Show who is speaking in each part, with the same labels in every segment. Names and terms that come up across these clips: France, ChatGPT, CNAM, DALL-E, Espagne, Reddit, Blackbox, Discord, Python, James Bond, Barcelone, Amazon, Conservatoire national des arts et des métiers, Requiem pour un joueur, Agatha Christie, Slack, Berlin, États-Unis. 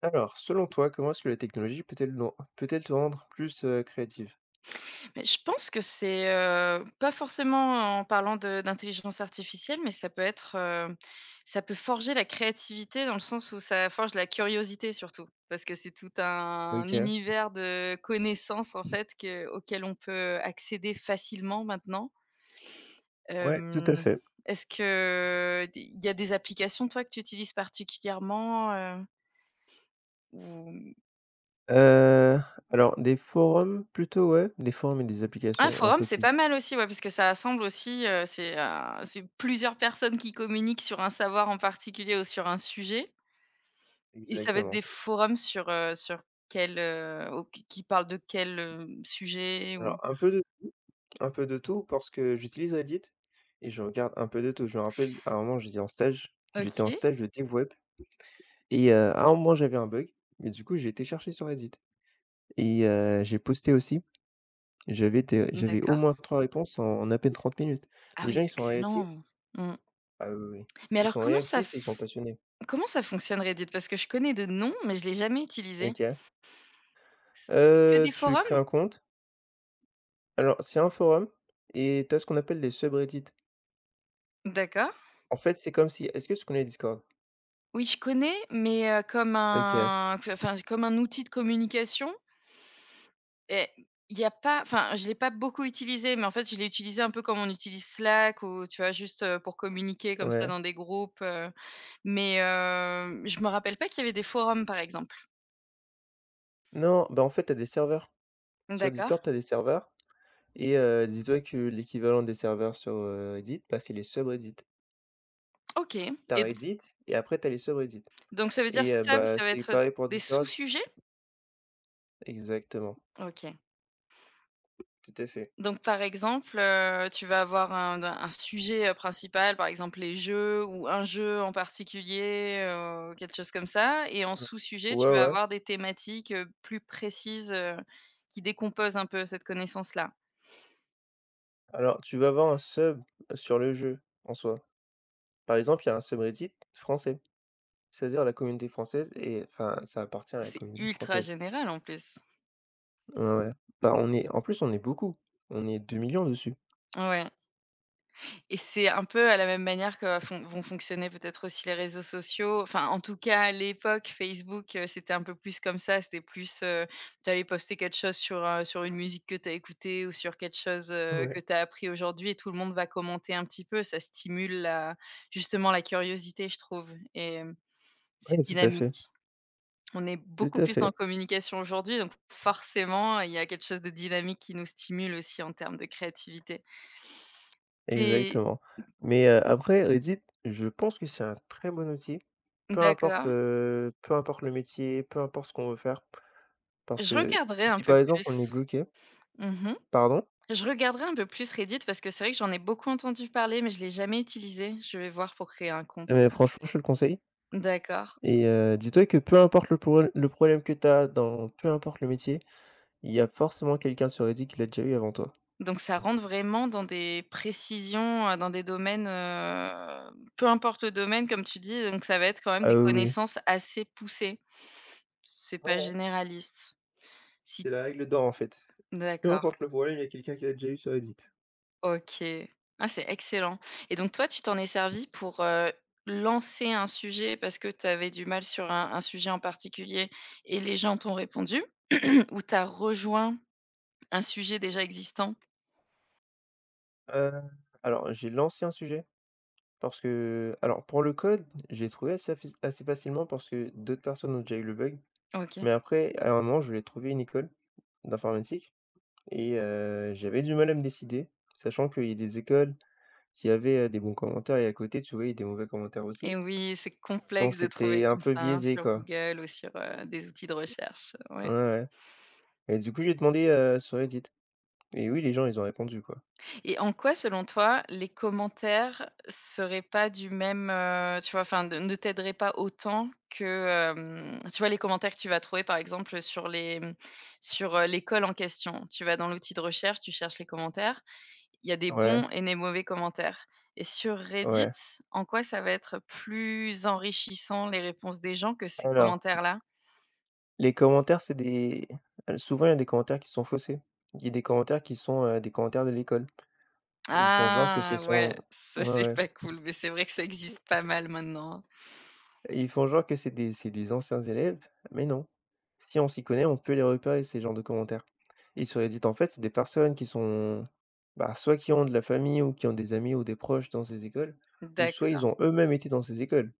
Speaker 1: Alors, selon toi, comment est-ce que la technologie peut-elle te rendre plus, créative?
Speaker 2: Mais je pense que c'est, pas forcément en parlant de d'intelligence artificielle, mais ça peut être, ça peut forger la créativité dans le sens où ça forge la curiosité surtout. Parce que c'est tout un
Speaker 1: OK,
Speaker 2: univers de connaissances en fait que auquel on peut accéder facilement maintenant.
Speaker 1: ouais, tout à
Speaker 2: Hem,
Speaker 1: fait.
Speaker 2: Est-ce que il y a des applications toi que tu utilises particulièrement, heu, ou
Speaker 1: Heu, alors des forums plutôt, ouais, des forums et des
Speaker 2: un
Speaker 1: applications, un
Speaker 2: forum,
Speaker 1: peu
Speaker 2: c'est
Speaker 1: tout.
Speaker 2: pas mal aussi, ouais, parce que ça assemble aussi, c'est plusieurs personnes qui communiquent sur un savoir en particulier ou sur un sujet et ça va être
Speaker 1: Exactement.
Speaker 2: des forums sur, sur quel, au qui parlent de quel, sujet
Speaker 1: Alors
Speaker 2: ou
Speaker 1: un peu de tout, un peu de tout parce que j'utilise Reddit et je regarde un peu de tout. Je me rappelle, à un moment, j'étais en
Speaker 2: OK,
Speaker 1: stage de dev web et à un moment, j'avais un bug mais du coup, j'ai été chercher sur Reddit et j'ai posté aussi. J'avais au
Speaker 2: d'accord.
Speaker 1: moins 3 réponses en à peine 30 minutes.
Speaker 2: Ah
Speaker 1: Les
Speaker 2: oui,
Speaker 1: gens, ils
Speaker 2: c'est
Speaker 1: sont réactifs.
Speaker 2: excellent. Mmh.
Speaker 1: Ah oui, oui, oui.
Speaker 2: Mais
Speaker 1: Ils
Speaker 2: alors
Speaker 1: sont réactifs et ils sont passionnés.
Speaker 2: comment ça fonctionne Reddit? Parce que je connais de nom, mais je l'ai jamais utilisé.
Speaker 1: OK.
Speaker 2: C'est que des
Speaker 1: Tu
Speaker 2: forums?
Speaker 1: crées un compte. Alors, c'est un forum et tu as ce qu'on appelle des subreddits.
Speaker 2: D'accord.
Speaker 1: En fait, c'est comme si est-ce que tu connais Discord?
Speaker 2: Oui, je connais, mais, comme
Speaker 1: OK,
Speaker 2: un enfin, comme un outil de communication. Et il y a pas enfin, je l'ai pas beaucoup utilisé, mais en fait, je l'ai utilisé un peu comme on utilise Slack ou tu vois, juste, pour communiquer comme ça
Speaker 1: ouais.
Speaker 2: dans des groupes, mais je me rappelle pas qu'il y avait des forums, par exemple.
Speaker 1: Non, bah, en fait, tu as des serveurs. Sur
Speaker 2: D'accord.
Speaker 1: Discord, tu as des serveurs et dis-toi que l'équivalent des serveurs sur, Reddit, bah, c'est les subreddits.
Speaker 2: OK,
Speaker 1: Tu as
Speaker 2: et
Speaker 1: Reddit et après tu as les subreddits
Speaker 2: donc ça veut dire
Speaker 1: et
Speaker 2: sub,
Speaker 1: bah,
Speaker 2: ça va
Speaker 1: c'est
Speaker 2: être
Speaker 1: pareil pour
Speaker 2: des
Speaker 1: Discord.
Speaker 2: sous-sujets?
Speaker 1: Exactement,
Speaker 2: OK.
Speaker 1: tout à fait.
Speaker 2: Donc par exemple, tu vas avoir un sujet, principal, par exemple les jeux ou un jeu en particulier, quelque chose comme ça et en sous-sujet,
Speaker 1: Ouais,
Speaker 2: tu vas
Speaker 1: ouais.
Speaker 2: avoir des thématiques, plus précises, qui décomposent un peu cette connaissance-là.
Speaker 1: Alors, tu vas avoir un sub sur le jeu en soi. Par exemple, il y a un subreddit français, c'est-à-dire la communauté française et enfin, ça appartient à la
Speaker 2: C'est
Speaker 1: communauté
Speaker 2: ultra
Speaker 1: française.
Speaker 2: général en plus.
Speaker 1: Ouais, ouais. Bah, on est en plus, on est beaucoup. On est 2 millions dessus.
Speaker 2: Ouais. Et c'est un peu à la même manière que fon vont fonctionner peut-être aussi les réseaux sociaux. Enfin, en tout cas, à l'époque, Facebook, c'était un peu plus comme ça. C'était plus, tu allais poster quelque chose sur, sur une musique que tu as écoutée ou sur quelque chose, que
Speaker 1: Ouais,
Speaker 2: tu as appris aujourd'hui et tout le monde va commenter un petit peu. Ça stimule la justement la curiosité, je trouve et c'est
Speaker 1: ouais,
Speaker 2: dynamique. On est
Speaker 1: tout
Speaker 2: beaucoup
Speaker 1: à
Speaker 2: plus en
Speaker 1: fait,
Speaker 2: communication aujourd'hui, donc forcément, il y a quelque chose de dynamique qui nous stimule aussi en termes de créativité. T'es
Speaker 1: exactement. Mais après Reddit, je pense que c'est un très bon outil,
Speaker 2: d'accord.
Speaker 1: peu importe le métier, peu importe ce qu'on veut faire. Parce
Speaker 2: Je
Speaker 1: que
Speaker 2: regarderai un
Speaker 1: si, par
Speaker 2: peu
Speaker 1: exemple, on est
Speaker 2: plus.
Speaker 1: bloqué,
Speaker 2: Mmh.
Speaker 1: pardon?
Speaker 2: Je regarderai un peu plus Reddit parce que c'est vrai que j'en ai beaucoup entendu parler, mais je l'ai jamais utilisé. Je vais voir pour créer un compte.
Speaker 1: Mais franchement, je te le conseille
Speaker 2: D'accord.
Speaker 1: et dis-toi que peu importe le problème que tu as dans peu importe le métier, il y a forcément quelqu'un sur Reddit qui l'a déjà eu avant toi.
Speaker 2: Donc ça rentre vraiment dans des précisions, dans des domaines, peu importe le domaine comme tu dis, donc ça va être quand même
Speaker 1: Ah
Speaker 2: des
Speaker 1: oui, oui.
Speaker 2: connaissances assez poussées. C'est
Speaker 1: Ouais,
Speaker 2: pas
Speaker 1: ouais.
Speaker 2: généraliste. Si
Speaker 1: C'est la règle d'or en fait. Peu
Speaker 2: d'accord.
Speaker 1: importe le problème, il y a quelqu'un qui l'a déjà eu sur Reddit.
Speaker 2: OK. Ah, c'est excellent et donc toi, tu t'en es servi pour, lancer un sujet parce que tu avais du mal sur un sujet en particulier et les gens t'ont répondu? Ou tu as rejoint un sujet déjà existant?
Speaker 1: Heu, alors j'ai lancé un sujet parce que alors pour le code, j'ai trouvé assez facilement parce que d'autres personnes ont déjà eu le bug.
Speaker 2: OK
Speaker 1: Mais après, à un moment, je voulais trouver une école d'informatique et j'avais du mal à me décider, sachant qu'il y a des écoles qui avaient, des bons commentaires et à côté, tu vois, il y a des mauvais commentaires
Speaker 2: et
Speaker 1: aussi.
Speaker 2: oui, c'est
Speaker 1: Donc
Speaker 2: complexe de trouver
Speaker 1: c'était un
Speaker 2: comme ça,
Speaker 1: peu
Speaker 2: hein,
Speaker 1: biaisé,
Speaker 2: sur
Speaker 1: quoi.
Speaker 2: Google ou sur, des outils de recherche,
Speaker 1: Ouais,
Speaker 2: ouais.
Speaker 1: ouais, et du coup, j'ai demandé, sur Reddit et oui, les gens, ils ont répondu, quoi.
Speaker 2: Et en quoi, selon toi, les commentaires seraient pas du même, tu vois, enfin, de ne t'aideraient pas autant que, tu vois, les commentaires que tu vas trouver, par exemple, sur les, sur, l'école en question? Tu vas dans l'outil de recherche, tu cherches les commentaires, il y a des
Speaker 1: Ouais,
Speaker 2: bons et des mauvais commentaires. Et sur Reddit,
Speaker 1: ouais.
Speaker 2: en quoi ça va être plus enrichissant, les réponses des gens, que ces
Speaker 1: Alors
Speaker 2: commentaires-là?
Speaker 1: les commentaires, c'est des souvent il y a des commentaires qui sont faussés. Il y a des commentaires qui sont, des commentaires de l'école. Ils font genre que ce
Speaker 2: Ah ouais,
Speaker 1: sont ouais,
Speaker 2: ça, c'est
Speaker 1: ouais.
Speaker 2: pas cool, mais c'est vrai que ça existe pas mal maintenant, hein.
Speaker 1: Ils font genre que c'est des anciens élèves, mais non. Si on s'y connaît, on peut les repérer ces genres de commentaires. Ils seraient Reddit, en fait, c'est des personnes qui sont, bah, soit qui ont de la famille ou qui ont des amis ou des proches dans ces écoles, ou
Speaker 2: D'acc
Speaker 1: soit ils ont eux-mêmes été dans ces écoles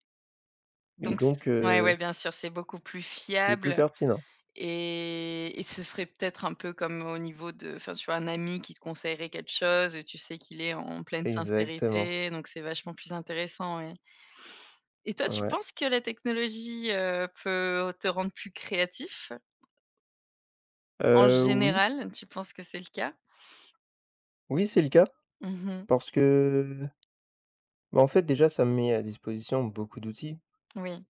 Speaker 1: et
Speaker 2: Donc c
Speaker 1: donc
Speaker 2: ouais, ouais, bien sûr, c'est beaucoup plus
Speaker 1: c'est plus
Speaker 2: fiable
Speaker 1: pertinent.
Speaker 2: et ce serait peut-être un peu comme au niveau de enfin, tu vois, un ami qui te conseillerait quelque chose, tu sais qu'il est en pleine
Speaker 1: Exactement,
Speaker 2: sincérité, donc c'est vachement plus intéressant, ouais. Et toi, tu
Speaker 1: ouais.
Speaker 2: penses que la technologie, peut te rendre plus créatif? En
Speaker 1: Oui,
Speaker 2: général, tu penses que c'est le cas?
Speaker 1: oui, c'est le cas
Speaker 2: Mmh.
Speaker 1: parce que bah, en fait, déjà, ça me met à disposition beaucoup d'outils
Speaker 2: Oui.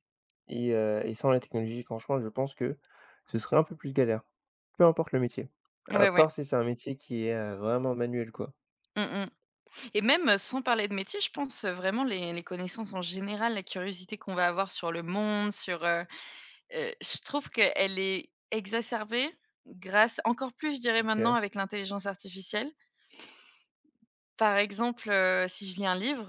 Speaker 1: et et sans la technologie, franchement, je pense que ce serait un peu plus galère, peu importe le métier, à
Speaker 2: Ouais, ouais.
Speaker 1: part si c'est un métier qui est, vraiment manuel, quoi.
Speaker 2: Mmh mh. Et même, sans parler de métier, je pense, vraiment les connaissances en général, la curiosité qu'on va avoir sur le monde, sur, je trouve qu'elle est exacerbée grâce encore plus, je dirais maintenant,
Speaker 1: OK,
Speaker 2: avec l'intelligence artificielle. Par exemple, si je lis un livre,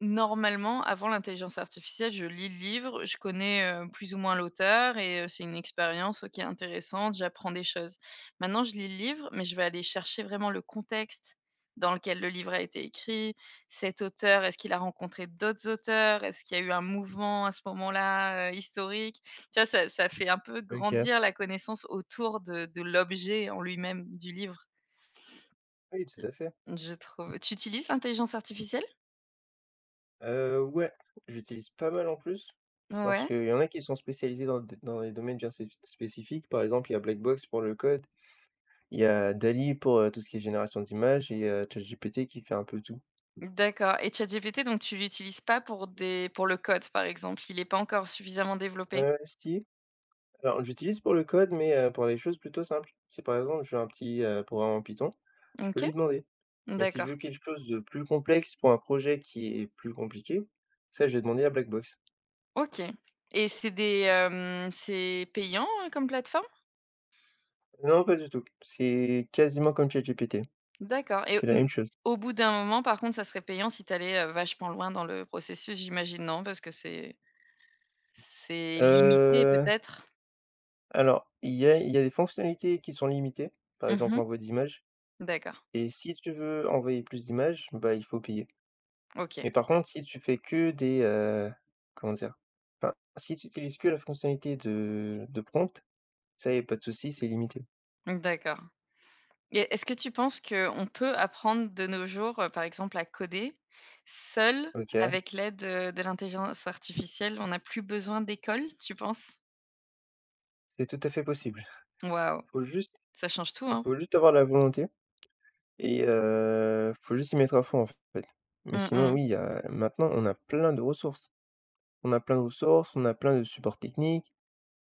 Speaker 2: normalement, avant l'intelligence artificielle, je lis le livre, je connais, plus ou moins l'auteur et c'est une expérience, qui est intéressante, j'apprends des choses. Maintenant, je lis le livre, mais je vais aller chercher vraiment le contexte dans lequel le livre a été écrit. Cet auteur, est-ce qu'il a rencontré d'autres auteurs? Est-ce qu'il y a eu un mouvement à ce moment-là, historique? Tu vois, ça fait un peu
Speaker 1: OK.
Speaker 2: grandir la connaissance autour de l'objet en lui-même, du livre,
Speaker 1: Oui, tout à fait.
Speaker 2: je trouve. Tu utilises l'intelligence artificielle?
Speaker 1: Ouais, j'utilise pas mal en plus parce
Speaker 2: Ouais,
Speaker 1: qu'il y en a qui sont spécialisés dans des domaines bien spéc spécifiques. Par exemple, il y a Blackbox pour le code. Il y a DALL-E pour, tout ce qui est génération d'images et ChatGPT qui fait un peu tout.
Speaker 2: d'accord et ChatGPT donc tu l'utilises pas pour des pour le code, par exemple? Il est pas encore suffisamment développé?
Speaker 1: Si, alors j'utilise pour le code, mais pour les choses plutôt simples. Si par exemple je veux un petit, programme en Python, je peux
Speaker 2: OK,
Speaker 1: lui demander. Mais si je veux
Speaker 2: d'accord.
Speaker 1: quelque chose de plus complexe pour un projet qui est plus compliqué, ça je vais demander à Blackbox.
Speaker 2: OK et c'est des, c'est payant, comme plateforme?
Speaker 1: Non, pas du tout, c'est quasiment comme ChatGPT,
Speaker 2: D'accord et
Speaker 1: c'est la même chose.
Speaker 2: au bout d'un moment, par contre, ça serait payant si tu allais vachement loin dans le processus, j'imagine, non? Parce que c'est limité
Speaker 1: Heu,
Speaker 2: peut-être?
Speaker 1: alors il y a des fonctionnalités qui sont limitées, par exemple
Speaker 2: Mmh.
Speaker 1: l'envoi d'images
Speaker 2: D'accord,
Speaker 1: et si tu veux envoyer plus d'images, bah, il faut payer.
Speaker 2: OK,
Speaker 1: Mais par contre, si tu fais que des, comment dire? Enfin, si tu utilises que la fonctionnalité de prompt, ça, y a pas de souci, c'est limité.
Speaker 2: d'accord. Et est-ce que tu penses qu'on peut apprendre de nos jours, par exemple à coder, seul
Speaker 1: OK,
Speaker 2: avec l'aide, de l'intelligence artificielle? On n'a plus besoin d'école, tu penses?
Speaker 1: c'est tout à fait possible.
Speaker 2: Waouh,
Speaker 1: Faut juste
Speaker 2: ça change tout, hein?
Speaker 1: Faut juste avoir la volonté et faut juste y mettre à fond, en fait. Mais sinon,
Speaker 2: Mmh.
Speaker 1: oui, y a maintenant, on a plein de ressources. On a plein de ressources, on a plein de supports techniques,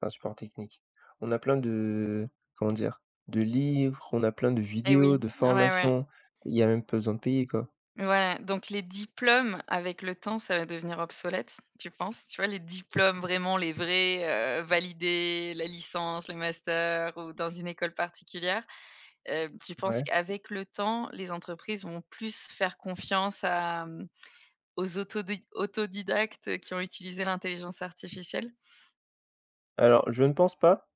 Speaker 1: enfin, supports techniques. On a plein de, comment dire? De livres, on a plein de
Speaker 2: Et oui,
Speaker 1: vidéos, de
Speaker 2: ouais, ouais.
Speaker 1: formations. Il y a même pas besoin de payer, quoi.
Speaker 2: Voilà, donc les diplômes, avec le temps, ça va devenir obsolète, tu penses? Tu vois, les diplômes vraiment les vrais, validés, la licence, le master ou dans une école particulière, tu penses
Speaker 1: Ouais.
Speaker 2: qu'avec le temps, les entreprises vont plus faire confiance à, aux autodidactes qui ont utilisé l'intelligence artificielle?
Speaker 1: Alors, je ne pense pas.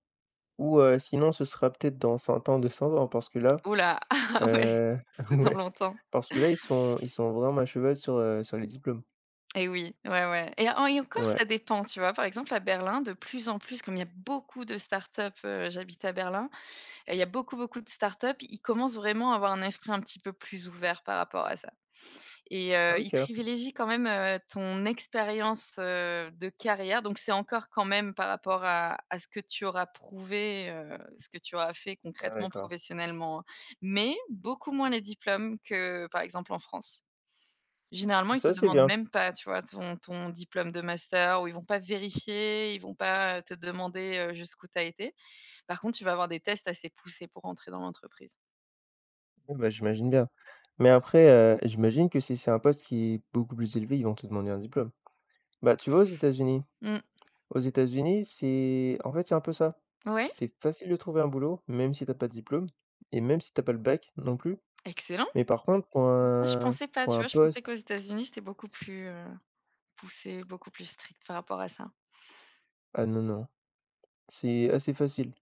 Speaker 1: Ou sinon ce sera peut-être dans 100 ans, 200 ans parce que là,
Speaker 2: Oula, ah ouais,
Speaker 1: heu
Speaker 2: c'est dans
Speaker 1: ouais,
Speaker 2: longtemps.
Speaker 1: parce que là ils sont vraiment à cheval sur, sur les diplômes.
Speaker 2: Et oui, ouais, ouais et en et encore
Speaker 1: Ouais.
Speaker 2: ça dépend, tu vois? Par exemple à Berlin, de plus en plus, comme il y a beaucoup de startups, up j'habite à Berlin et il y a beaucoup, beaucoup de startups. Ils commencent vraiment à avoir un esprit un petit peu plus ouvert par rapport à ça. Et
Speaker 1: Ah,
Speaker 2: il
Speaker 1: OK.
Speaker 2: privilégie quand même, ton expérience, de carrière, donc c'est encore quand même par rapport à ce que tu auras prouvé, ce que tu auras fait
Speaker 1: Ah
Speaker 2: concrètement,
Speaker 1: d'accord.
Speaker 2: professionnellement, hein, mais beaucoup moins les diplômes que, par exemple, en France. Généralement, ils te
Speaker 1: Ça c'est
Speaker 2: demandent
Speaker 1: bien.
Speaker 2: même pas, tu vois, ton diplôme de master ou ils vont pas vérifier, ils vont pas te demander, jusqu'où tu as été. Par contre, tu vas avoir des tests assez poussés pour entrer dans l'entreprise.
Speaker 1: Ouais, bah, j'imagine bien. Mais après, j'imagine que si c'est un poste qui est beaucoup plus élevé, ils vont te demander un diplôme. Bah, tu vois aux États-Unis,
Speaker 2: Mmh,
Speaker 1: c'est en fait, c'est un peu ça.
Speaker 2: ouais,
Speaker 1: C'est facile de trouver un boulot, même si t'as pas de diplôme et même si t'as pas le bac non plus.
Speaker 2: excellent.
Speaker 1: Mais par contre
Speaker 2: Moi je pensais pas,
Speaker 1: pour
Speaker 2: tu
Speaker 1: un
Speaker 2: vois? Je pensais
Speaker 1: poste
Speaker 2: qu'aux États-Unis, c'était beaucoup plus, poussé, beaucoup plus strict par rapport à ça.
Speaker 1: ah non, non. C'est assez facile,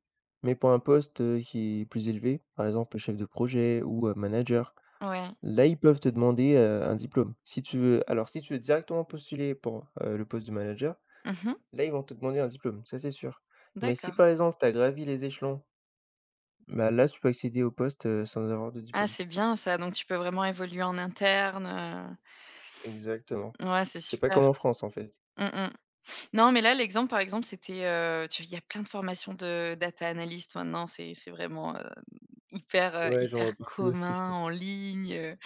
Speaker 1: mais pour un poste, qui est plus élevé, par exemple chef de projet ou, manager,
Speaker 2: Ouais.
Speaker 1: là, ils peuvent te demander, un diplôme. Si tu veux Alors si tu veux directement postuler pour, le poste de manager,
Speaker 2: Mmh.
Speaker 1: là, ils vont te demander un diplôme, ça, c'est sûr. Mais si
Speaker 2: D'accord.
Speaker 1: par exemple tu as gravi les échelons, bah, là, tu peux accéder au poste, sans avoir de
Speaker 2: Ah,
Speaker 1: diplôme.
Speaker 2: c'est bien ça, donc tu peux vraiment évoluer en interne,
Speaker 1: Exactement.
Speaker 2: ouais, c'est
Speaker 1: C'est pas
Speaker 2: super.
Speaker 1: comme en France, en fait.
Speaker 2: Mmh mh. Non, mais là, l'exemple, par exemple, c'était, tu il y a plein de formations de data analyst maintenant, c'est vraiment, hyper,
Speaker 1: Ouais, j'en
Speaker 2: hyper
Speaker 1: vois partout aussi.
Speaker 2: commun en ligne,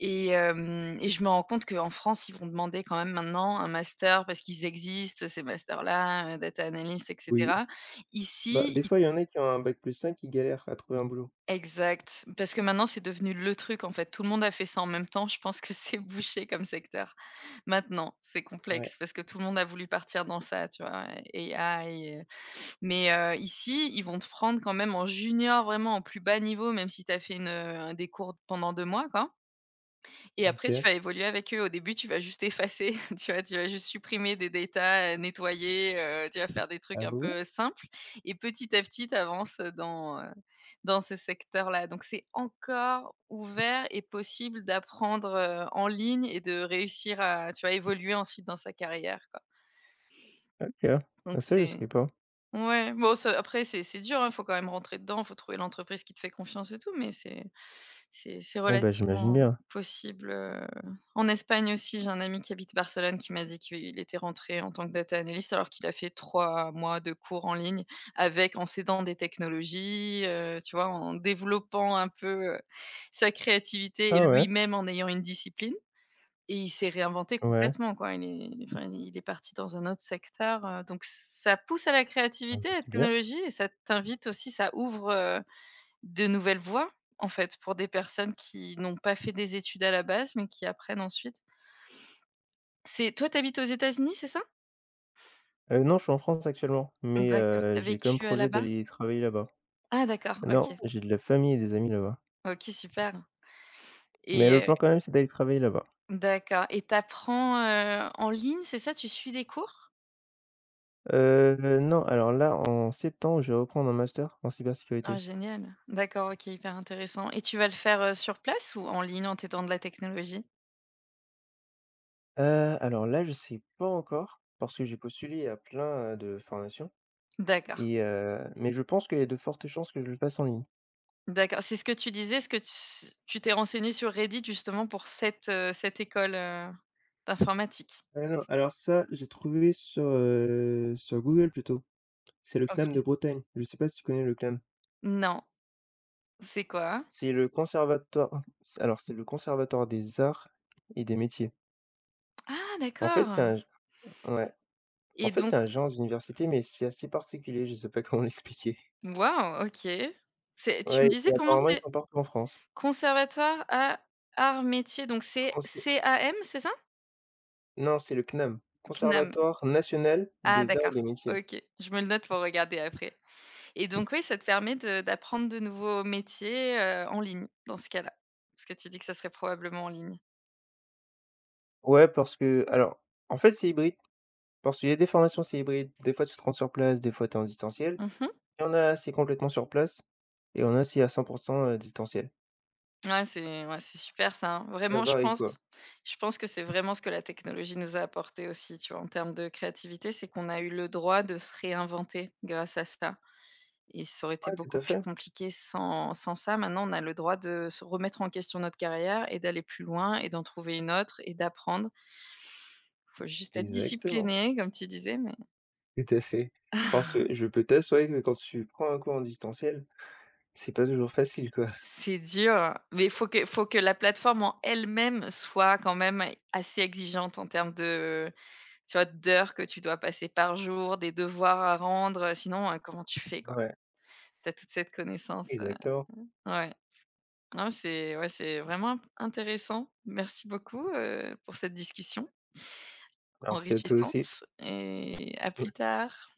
Speaker 2: et je me rends compte qu'en France, ils vont demander quand même maintenant un master parce qu'ils existent, ces masters-là, data analyst et
Speaker 1: Oui.
Speaker 2: cetera.
Speaker 1: Bah,
Speaker 2: Ici
Speaker 1: des
Speaker 2: i
Speaker 1: fois, il y en a qui ont un bac +5 qui galèrent à trouver un boulot.
Speaker 2: exact, parce que maintenant, c'est devenu le truc, en fait. Tout le monde a fait ça en même temps. Je pense que c'est bouché comme secteur. Maintenant, c'est
Speaker 1: Ouais,
Speaker 2: complexe parce que tout le monde a voulu partir dans ça, tu vois? AI, mais ici, ils vont te prendre quand même en junior, vraiment en plus bas niveau, même si tu as fait une, des cours pendant 2 mois, quoi, et après tu
Speaker 1: OK.
Speaker 2: vas évoluer avec eux. Au début, tu vas juste effacer, tu vas juste supprimer des datas, nettoyer, tu vas faire des trucs
Speaker 1: Ah
Speaker 2: un
Speaker 1: ouais?
Speaker 2: peu simples et petit à petit, tu avances dans, dans ce secteur-là. Donc c'est encore ouvert et possible d'apprendre, en ligne et de réussir à, tu vas évoluer ensuite dans sa carrière, quoi.
Speaker 1: OK. Ah
Speaker 2: Donc
Speaker 1: ça, je
Speaker 2: c'est
Speaker 1: sais pas.
Speaker 2: ouais, bon ça après c'est dur, il faut quand même rentrer dedans, il faut trouver l'entreprise qui te fait confiance et tout, mais c'est
Speaker 1: Ouais, bah, j'imagine
Speaker 2: relativement
Speaker 1: bien.
Speaker 2: possible, En Espagne aussi, j'ai un ami qui habite Barcelone qui m'a dit qu'il était rentré en tant que data analyst alors qu'il a fait 3 mois de cours en ligne avec en s'aidant des technologies, tu vois? En développant un peu, sa créativité et
Speaker 1: Ah ouais?
Speaker 2: lui-même en ayant une discipline. Et il s'est réinventé
Speaker 1: Ouais.
Speaker 2: complètement quoi. Il est enfin il est parti dans un autre secteur, donc ça pousse à la
Speaker 1: Ah bah,
Speaker 2: créativité, la
Speaker 1: c'est bien.
Speaker 2: technologie et ça t'invite aussi ça ouvre, de nouvelles voies, en fait, pour des personnes qui n'ont pas fait des études à la base, mais qui apprennent ensuite. C'est toi, tu habites aux États-Unis, c'est ça?
Speaker 1: Non, je suis en France actuellement, mais
Speaker 2: D'accord, tu as
Speaker 1: j'ai comme
Speaker 2: vécu,
Speaker 1: projet
Speaker 2: là-bas?
Speaker 1: d'aller travailler là-bas.
Speaker 2: Ah d'accord,
Speaker 1: Non,
Speaker 2: OK.
Speaker 1: j'ai de la famille et des amis là-bas,
Speaker 2: OK, super
Speaker 1: mais
Speaker 2: et
Speaker 1: le plan quand même, c'est d'aller travailler là-bas.
Speaker 2: d'accord et tu apprends, en ligne, c'est ça? Tu suis des cours?
Speaker 1: Non, alors là, en septembre, je vais reprendre un master en cybersécurité.
Speaker 2: Ah génial. D'accord, OK, hyper intéressant et tu vas le faire, sur place ou en ligne en t'étant de la technologie?
Speaker 1: Alors là, je sais pas encore parce que j'ai postulé à plein, de formations
Speaker 2: D'accord,
Speaker 1: mais je pense qu'il y a de fortes chances que je le fasse en ligne.
Speaker 2: d'accord. C'est ce que tu disais, ce que tu t'es renseigné sur Reddit justement pour cette, cette école, d'informatique?
Speaker 1: Ah non, alors ça, j'ai trouvé sur, sur Google plutôt. C'est le CNAM de
Speaker 2: OK.
Speaker 1: Bretagne. Je sais pas si tu connais le CNAM?
Speaker 2: Non, c'est quoi?
Speaker 1: C'est le conservatoire Alors c'est le Conservatoire des arts et des métiers.
Speaker 2: Ah
Speaker 1: En fait,
Speaker 2: d'accord
Speaker 1: c'est un Ouais, en
Speaker 2: et
Speaker 1: fait,
Speaker 2: donc
Speaker 1: c'est un genre d'université, mais c'est assez particulier, je sais pas comment l'expliquer.
Speaker 2: waouh, OK. C'est tu me
Speaker 1: Ouais
Speaker 2: disais
Speaker 1: et
Speaker 2: comment
Speaker 1: apparemment, ils
Speaker 2: c'est?
Speaker 1: sont partout en France.
Speaker 2: Conservatoire à arts métiers, donc c'est
Speaker 1: Conser
Speaker 2: CAM, c'est ça?
Speaker 1: Non, c'est le CNAM,
Speaker 2: CNAM.
Speaker 1: Conservatoire national
Speaker 2: Ah
Speaker 1: des arts et
Speaker 2: d'accord,
Speaker 1: des métiers.
Speaker 2: OK. Je me le note pour regarder après. Et donc oui, ça te permet de d'apprendre de nouveaux métiers, en ligne, dans ce cas-là. Parce que tu dis que ça serait probablement en ligne.
Speaker 1: Ouais, parce que alors, en fait, c'est hybride, parce qu'il y a des formations, c'est hybride. Des fois, tu te rends sur place, des fois, tu es en distanciel.
Speaker 2: Mmh.
Speaker 1: Il y en a, c'est complètement sur place et on a, c'est à 100% distanciel.
Speaker 2: Ouais, c'est super ça, hein.
Speaker 1: Ça
Speaker 2: Vraiment,
Speaker 1: varie, quoi.
Speaker 2: je pense que c'est vraiment ce que la technologie nous a apporté aussi, tu vois? En termes de créativité, c'est qu'on a eu le droit de se réinventer grâce à ça et ça aurait été
Speaker 1: Ouais, tout
Speaker 2: beaucoup
Speaker 1: à
Speaker 2: plus
Speaker 1: fait.
Speaker 2: compliqué sans ça. Maintenant, on a le droit de se remettre en question notre carrière et d'aller plus loin et d'en trouver une autre et d'apprendre. Faut juste être
Speaker 1: Exactement.
Speaker 2: discipliné, comme tu disais, mais
Speaker 1: Tout à fait. Parce que je peux t'assurer que quand tu prends un cours en distanciel, c'est pas toujours facile, quoi.
Speaker 2: c'est dur, mais il faut que la plateforme en elle-même soit quand même assez exigeante en termes de, tu vois, d'heures que tu dois passer par jour, des devoirs à rendre, sinon, comment tu fais, quoi?
Speaker 1: Ouais,
Speaker 2: Tu as toute cette connaissance,
Speaker 1: exactement.
Speaker 2: ouais. Non, c'est ouais, c'est vraiment intéressant. Merci beaucoup, pour cette discussion
Speaker 1: Merci à toi aussi.
Speaker 2: enrichissante et à plus tard.